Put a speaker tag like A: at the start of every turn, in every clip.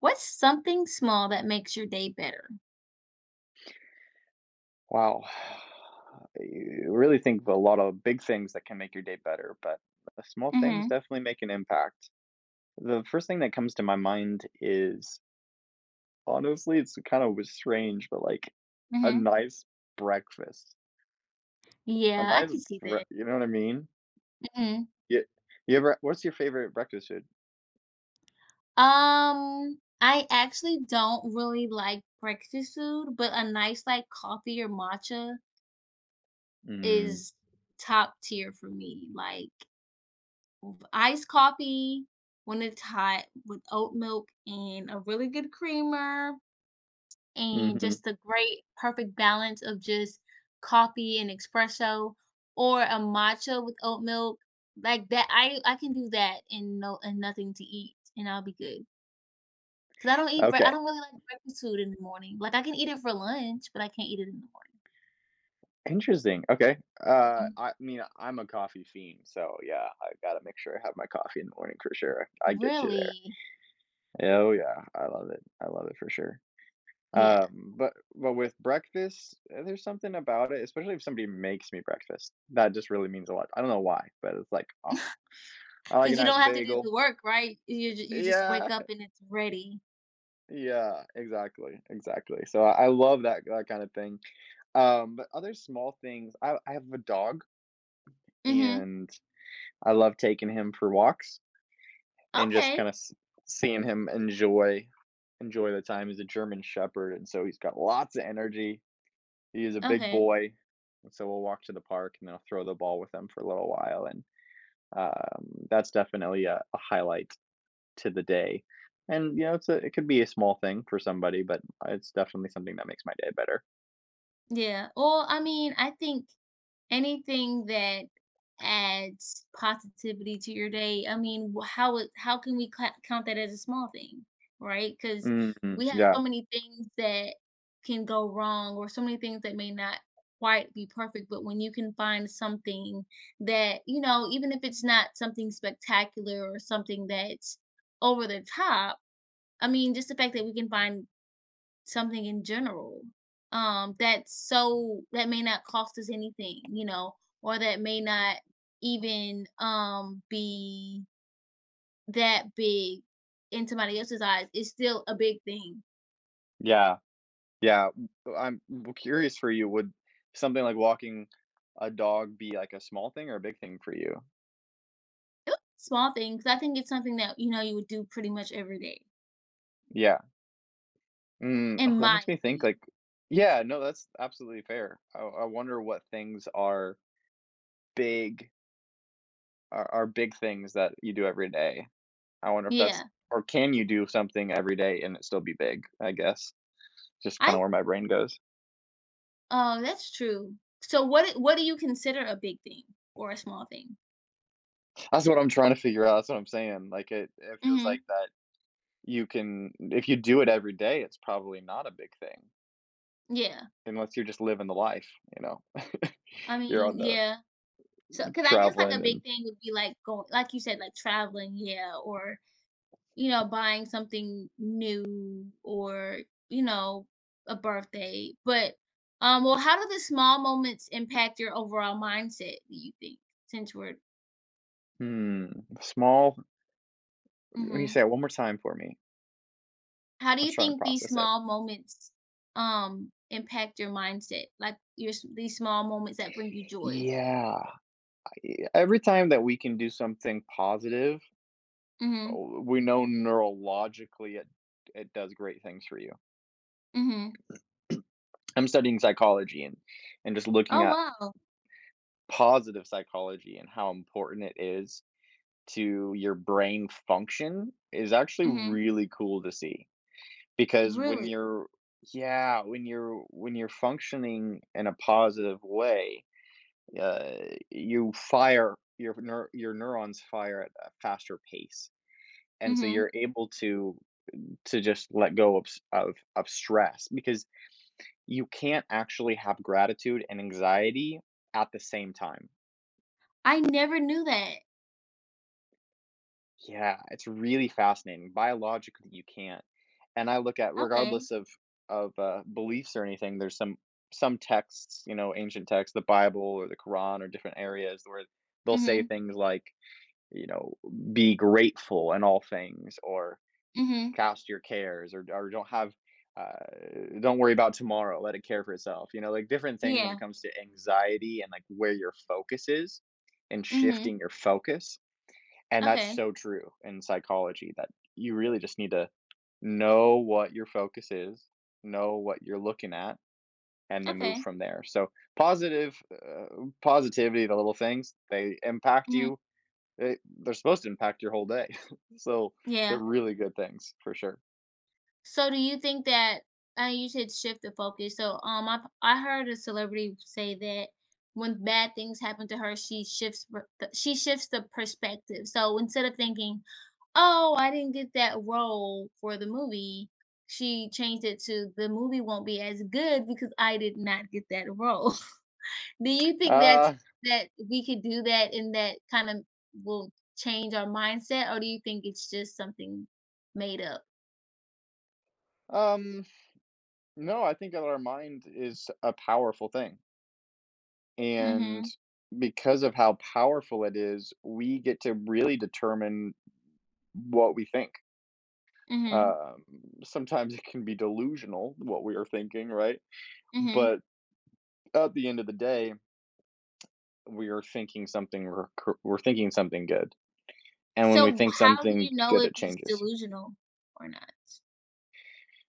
A: What's something small that makes your day better?
B: Wow. You really think of a lot of big things that can make your day better, but the small things
A: Mhm.
B: definitely make an impact. The first thing that comes to my mind is honestly, it's kind of strange, but like a
A: Mhm.
B: nice breakfast. A
A: Yeah, I
B: nice
A: can see
B: bre
A: that.
B: You know what I mean?
A: Mhm.
B: You, you ever what's your favorite breakfast food?
A: I actually don't really like breakfast food, but a nice, like, coffee or matcha
B: Mm,
A: is top tier for me, like, iced coffee when it's hot with oat milk and a really good creamer and
B: mhm.
A: just the great perfect balance of just coffee and espresso or a matcha with oat milk. Like that I can do that and no and nothing to eat and I'll be good. 'Cause I will be good. Cause I do not eat break I
B: Okay.
A: don't really like breakfast food in the morning. Like I can eat it for lunch, but I can't eat it in the morning.
B: Interesting. Okay. I mean, I'm a coffee fiend, so yeah, I gotta make sure I have my coffee in the morning for sure. I
A: Mhm.
B: get you there.
A: Really?
B: Oh, yeah, I love it for sure.
A: Yeah. Cause
B: But with breakfast, there's something about it, especially if somebody makes me breakfast, that just really means a lot. I don't know why, but it's like, "Oh, I like a
A: you
B: nice
A: don't have to do the
B: bagel."
A: work, right? You ju you just wake
B: Yeah,
A: up and it's ready.
B: yeah, exactly, exactly. So I love that kinda thing. But other small things, I have a dog,
A: Mhm.
B: and I love taking him for walks and just
A: Okay.
B: kinda s seeing him enjoy the time. He's a German Shepherd, and so he's got lots of energy, he is a big
A: Okay.
B: boy, and so we'll walk to the park and I'll throw the ball with him for a little while, and that's definitely a highlight to the day. And you know, it's it could be a small thing for somebody, but it's definitely something that makes my day better.
A: Yeah. Well, I mean, I think anything that adds positivity to your day, I mean, how can we cla count that as a small thing, right? Because
B: Mhm.
A: we have
B: Yeah,
A: so many things that can go wrong, or so many things that may not quite be perfect. But when you can find something that you know, even if it's not something spectacular or something that's over the top, I mean, just the fact that we can find something in general, that's so that may not cost us anything, you know, or that may not even be that big in somebody else's eyes, it's still a big thing.
B: yeah, yeah. I'm curious for you. Would something like walking a dog be like a small thing or a big thing for you?
A: Yep. Small thing, because I think it's something that you know you would do pretty much every day,
B: Yeah. Mm, oh,
A: in
B: that
A: my
B: makes me think like,
A: opinion.
B: yeah, no, that's absolutely fair. I wonder what things big are big things that you do every day. I wonder if that's
A: Yeah,
B: or can you do something every day and it still be big, I guess. Just
A: I
B: kinda where my brain goes.
A: Oh, that's true. So what do you consider a big thing or a small thing?
B: That's what I'm trying to figure out, that's what I'm saying, like, it feels
A: Hmm.
B: like that you can if you do it every day, it's probably not a big thing,
A: Yeah,
B: unless you're just living the life, you know?
A: I
B: You're
A: mean,
B: on the
A: yeah. So, cause I guess, like, a
B: traveling
A: big
B: and
A: thing would be, like, going, like you said, like, traveling, yeah, or, you know, buying something new or, you know, a birthday, but, well, how do the small moments impact your overall mindset, do you think? Since we're
B: hmm, small can you
A: Mhm.
B: say it one more time for me?
A: How do
B: I am
A: you
B: trying to
A: think these
B: process it.
A: small moments, impact your mindset? Like, your s these small moments that bring you joy?
B: Yeah, e every time that we can do something positive,
A: Mhm.
B: oh, we know neurologically it does great things for you.
A: Mhm.
B: I'm studying psychology, and just looking
A: Oh,
B: at
A: wow.
B: positive psychology and how important it is to your brain function is actually
A: Mhm.
B: really cool to see because when
A: Really?
B: you're yeah when you're functioning in a positive way, uh, you fire your your neurons fire at a faster pace, and so
A: Mhm.
B: you're able to just let go of of stress because you can't actually have gratitude and anxiety at the same time.
A: I never knew that.
B: Yeah, it's really fascinating. Biologically, you can't. And I look at
A: Okay.
B: regardless of beliefs or anything, there's some texts, you know, ancient texts, the Bible or the Quran or different areas where they'll say
A: Mhm.
B: things like, you know, be grateful in all things or
A: Mhm.
B: cast your cares or don't have don't worry about tomorrow, let it care for itself, you know, like different things when it
A: Yeah.
B: comes to anxiety and like where your focus is and
A: Mhm.
B: shifting your focus, and that's
A: Okay.
B: so true in psychology that you really just need to know what your focus is, know what you're looking at, and then move
A: Okay.
B: from there. So positive, uh, positivity, the little things, they impact
A: Mhm.
B: you, they're supposed to impact your whole day so they're
A: Yeah.
B: really good things for sure.
A: So do you think that you should shift the focus? So I heard a celebrity say that when bad things happen to her, she shifts the perspective. So instead of thinking, "Oh, I didn't get that role for the movie," she changed it to, "The movie won't be as good because I did not get that role." Do you think that's
B: uh
A: that we could do that and that kind of will change our mindset, or do you think it's just something made up?
B: Um, no, I think that our mind is a powerful thing. And
A: Mhm.
B: because of how powerful it is, we get to really determine what we think.
A: Mhm.
B: Um, Sometimes it can be delusional what we are thinking, right?
A: Mhm.
B: But at the end of the day, we are thinking something, we're thinking something good. And when we
A: So
B: think
A: how do you
B: something
A: know
B: good,
A: if
B: it
A: it's
B: changes.
A: delusional or not?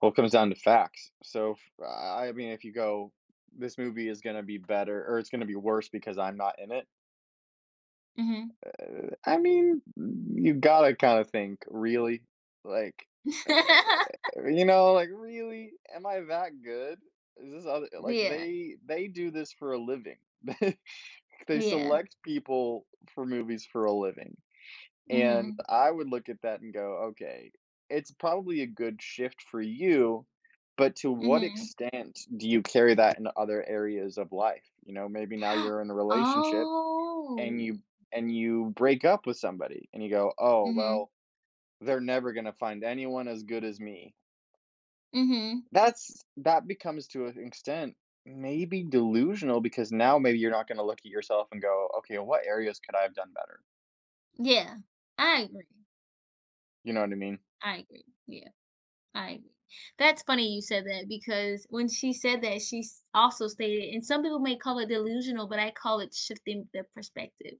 B: Well, it comes down to facts. So, I mean, if you go, this movie is going to be better or it's going to be worse because I'm not in it,
A: Mhm.
B: I mean, you gotta kinda think, "Really?" Like, uh, you know, like, "Really? Am I that good? Is this other like,
A: Yeah,
B: they do this for a living." They
A: yeah.
B: select people for movies for a living, and
A: Mhm.
B: I would look at that and go, "Okay, it's probably a good shift for you, but to what
A: Mhm.
B: extent do you carry that in other areas of life?" You know, maybe now you're in a relationship and
A: Oh.
B: you break up with somebody and you go, "Oh,
A: Mhm.
B: well, they're never gonna find anyone as good as me."
A: Mhm.
B: That becomes to an extent maybe delusional because now maybe you're not gonna look at yourself and go, "Okay, what areas could I have done better?"
A: Yeah, I agree,
B: You know what I mean?
A: I agree, yeah. I agree. That's funny you said that because when she said that, also stated, and some people may call it delusional, but I call it shifting the perspective.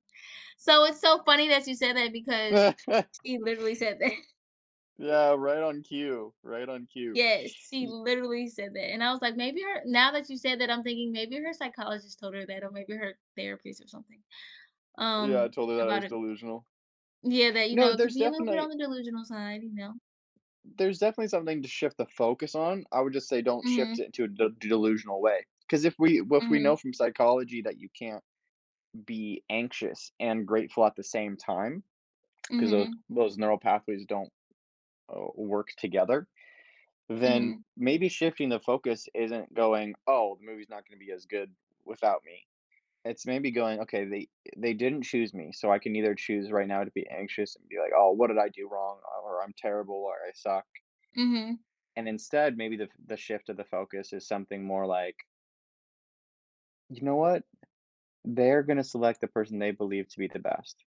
A: So it's so funny that you said that because she literally said that.
B: Yeah, right on cue, right on cue.
A: Yes, she
B: Y
A: literally said that. And I was like, maybe her, now that you said that, I'm thinking maybe her psychologist told her that, or maybe her therapist or something
B: Yeah, I
A: um
B: told her that I
A: about
B: was
A: it.
B: delusional.
A: Yeah, that, you know,
B: No,
A: it could
B: there's
A: be a little bit on
B: definitely,
A: the delusional side, you know.
B: there's definitely something to shift the focus on. I would just say don't
A: Mm
B: shift
A: hmm.
B: it into a delusional way. Because if we
A: Mm
B: if we
A: hmm.
B: know from psychology that you can't be anxious and grateful at the same time,
A: Mm
B: because
A: hmm.
B: those neural pathways don't work together,
A: Mm hmm.
B: then maybe shifting the focus isn't going, oh, the movie's not going to be as good without me. It's maybe going, okay, they didn't choose me, so I can either choose right now to be anxious and be like, oh, what did I do wrong, or I'm terrible, or I suck.
A: Mm hmm.
B: And instead, maybe the shift of the focus is something more like, you know what? They're gonna select the person they believe to be the best.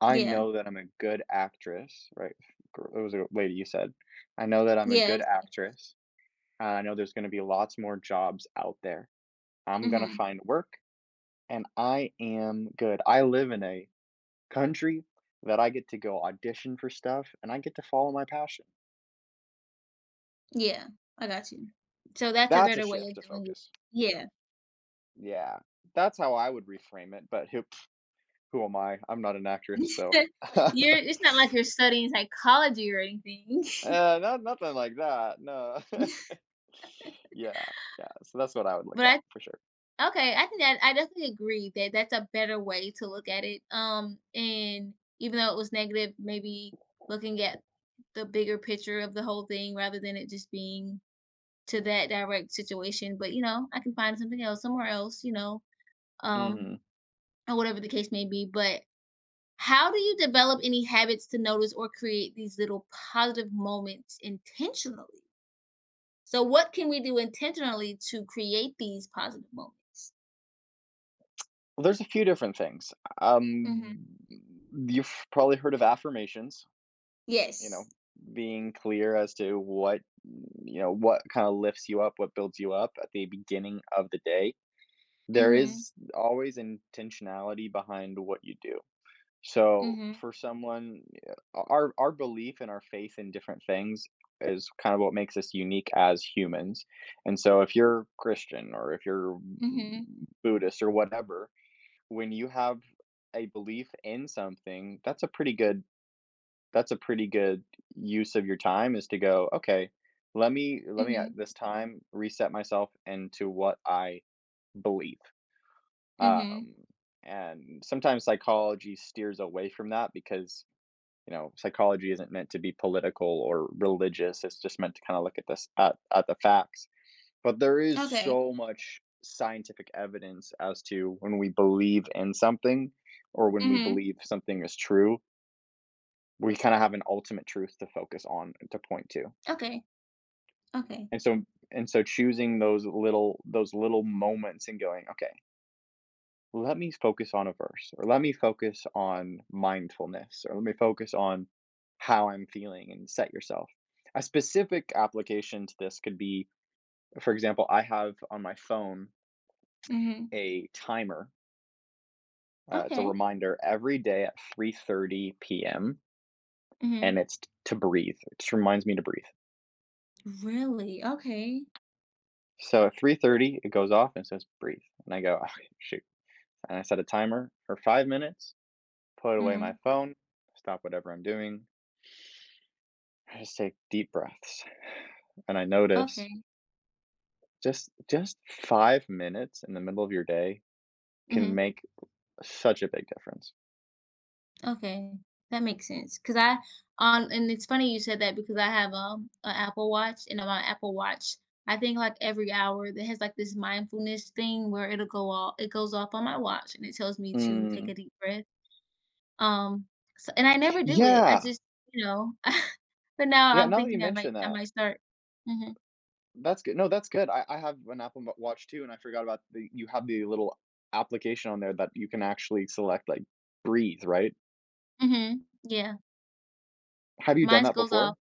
B: I
A: Yeah.
B: know that I'm a good actress, right? It was a lady, you said. I know that I'm a
A: Yeah.
B: good actress, and I know there's gonna be lots more jobs out there. I'm
A: Mm
B: gonna
A: hmm.
B: find work, and I am good. I live in a country that I get to go audition for stuff and I get to follow my passion.
A: Yeah, I got you. So that's a
B: That's a
A: better way
B: shift
A: of
B: of
A: doing it.
B: focus.
A: Yeah.
B: Yeah. That's how I would reframe it, but who am I? I'm not an actress, so uh,
A: You're it's not like you're studying psychology or anything.
B: not nothing like that, no. Yeah, yeah, so that's what I would look
A: but
B: at for
A: I
B: sure.
A: Okay, I think that I definitely agree that that's a better way to look at it. And even though it was negative, maybe looking at the bigger picture of the whole thing rather than it just being to that direct situation, but, you know, I can find something else somewhere else, you know, um,
B: Mhm.
A: or whatever the case may be, but how do you develop any habits to notice or create these little positive moments intentionally? So, what can we do intentionally to create these positive moments?
B: Well, there's a few different things.
A: Mhm.
B: Um, you've probably heard of affirmations, you know,
A: Yes.
B: being clear as to what, you know, what kinda lifts you up, what builds you up at the beginning of the day. There
A: Mhm.
B: is always intentionality behind what you do. So
A: Mhm.
B: for someone, yeah, our belief and our faith in different things is kind of what makes us unique as humans. And so if you're Christian or if you're
A: Mhm.
B: Buddhist or whatever, when you have a belief in something, that's a pretty good, that's a pretty good use of your time, is to go, okay, let me at
A: Mhm.
B: this time reset myself into what I believe.
A: Mhm.
B: Um, and sometimes psychology steers away from that because, you know, psychology isn't meant to be political or religious. It's just meant to kind of look at this at the facts. But there is
A: Okay.
B: so much scientific evidence as to when we believe in something or when we
A: Mhm.
B: believe something is true, we kind of have an ultimate truth to focus on, to point to.
A: Okay. Okay.
B: And so, choosing those little moments and going, okay, let me focus on a verse or let me focus on mindfulness or let me focus on how I'm feeling, and set yourself. A specific application to this could be, for example, I have on my phone
A: Mhm.
B: a timer. It's a
A: Okay.
B: reminder every day at 3:30 p.m. and
A: Mhm.
B: to breathe. It just reminds me to breathe.
A: Really? Okay.
B: So at 3:30 it goes off and says breathe, and I go, oh, shoot, and I set a timer for 5 minutes, put away my
A: Mhm.
B: phone, stop whatever I'm doing, I just take deep breaths, and I notice
A: Okay.
B: just 5 minutes in the middle of your day can
A: Mhm.
B: make such a big difference.
A: Okay, that makes sense. Cause I on and it's funny you said that because I have, an Apple Watch, and on my Apple Watch, I think, like, every hour that has, like, this mindfulness thing where it goes off on my watch, and it tells me to take
B: Mm.
A: a deep breath, um, so and I never do it, I
B: Yeah.
A: just, you know. But now
B: Yeah,
A: I'm
B: now that you
A: thinking
B: mention
A: I
B: that,
A: might start. Mhm.
B: that's good. No, that's good. I have an Apple Ma Watch too, and I forgot about the, you have the little application on there that you can actually select, like, breathe, right?
A: Mhm. Yeah,
B: Have you done
A: mine's
B: that
A: goes off
B: before?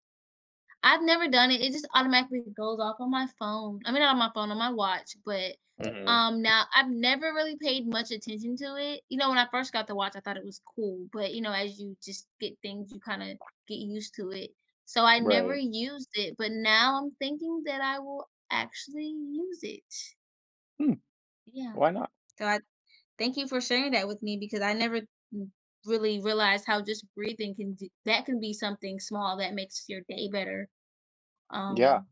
A: I've never done it. It just automatically goes off on my phone. I mean, not on my phone, on my watch. But
B: Mhm.
A: now I've never really paid much attention to it. You know, when I first got the watch, I thought it was cool. But you know, as you just get things, you kind of get used to it. So I never
B: Right.
A: used it, but now I'm thinking that I will actually use it.
B: Hmm,
A: Yeah.
B: why not?
A: So I Thank you for sharing that with me because I never n- really realized how just breathing can do, that can be something small that makes your day better.
B: Yeah.
A: Um,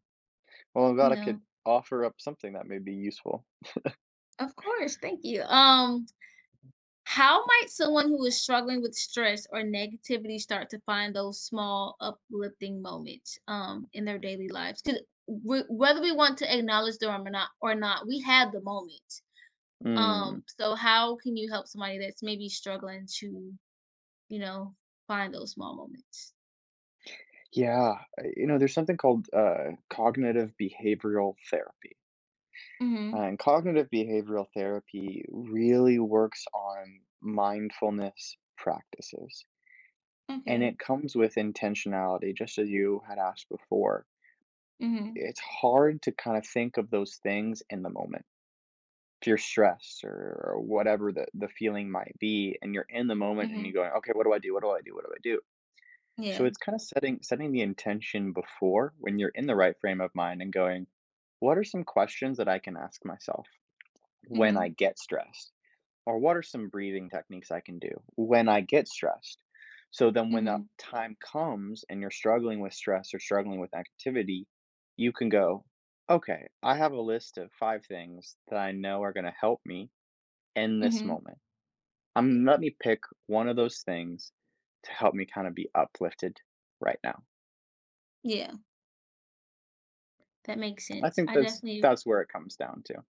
B: Well, I'm
A: you
B: glad I could
A: know,
B: offer up something that may be useful.
A: Of course, thank you. How might someone who is struggling with stress or negativity start to find those small uplifting moments in their daily lives? Because whether we want to acknowledge them or not, we have the moment.
B: Hmm.
A: So how can you help somebody that's maybe struggling to, you know, find those small moments?
B: Yeah, you know, there's something called cognitive behavioral therapy. Uh,
A: Mm-hmm.
B: and cognitive behavioral therapy really works on mindfulness practices. And
A: Okay.
B: it comes with intentionality, just as you had asked before.
A: Mm-hmm.
B: It's hard to kind of think of those things in the moment. If you're stressed or whatever the feeling might be, and you're in the moment and
A: Mm-hmm.
B: you're going, okay, what do I do? What do I do? What do I do? So
A: Yeah.
B: it's kind of setting the intention before when you're in the right frame of mind and going, what are some questions that I can ask myself when I
A: Mm-hmm.
B: get stressed? Or what are some breathing techniques I can do when I get stressed? So then when the
A: Mm-hmm.
B: time comes and you're struggling with stress or struggling with activity, you can go, okay, I have a list of five things that I know are going to help me in this
A: Mm-hmm.
B: moment. Let me pick one of those things to help me kind of be uplifted right now.
A: Yeah. That makes
B: I
A: sense.
B: think
A: I
B: that's
A: definitely
B: that's where it comes down to.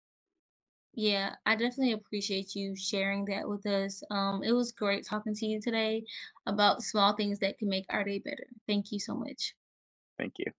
A: Yeah, I definitely appreciate you sharing that with us. It was great talking to you today about small things that can make our day better. Thank you so much.
B: Thank you.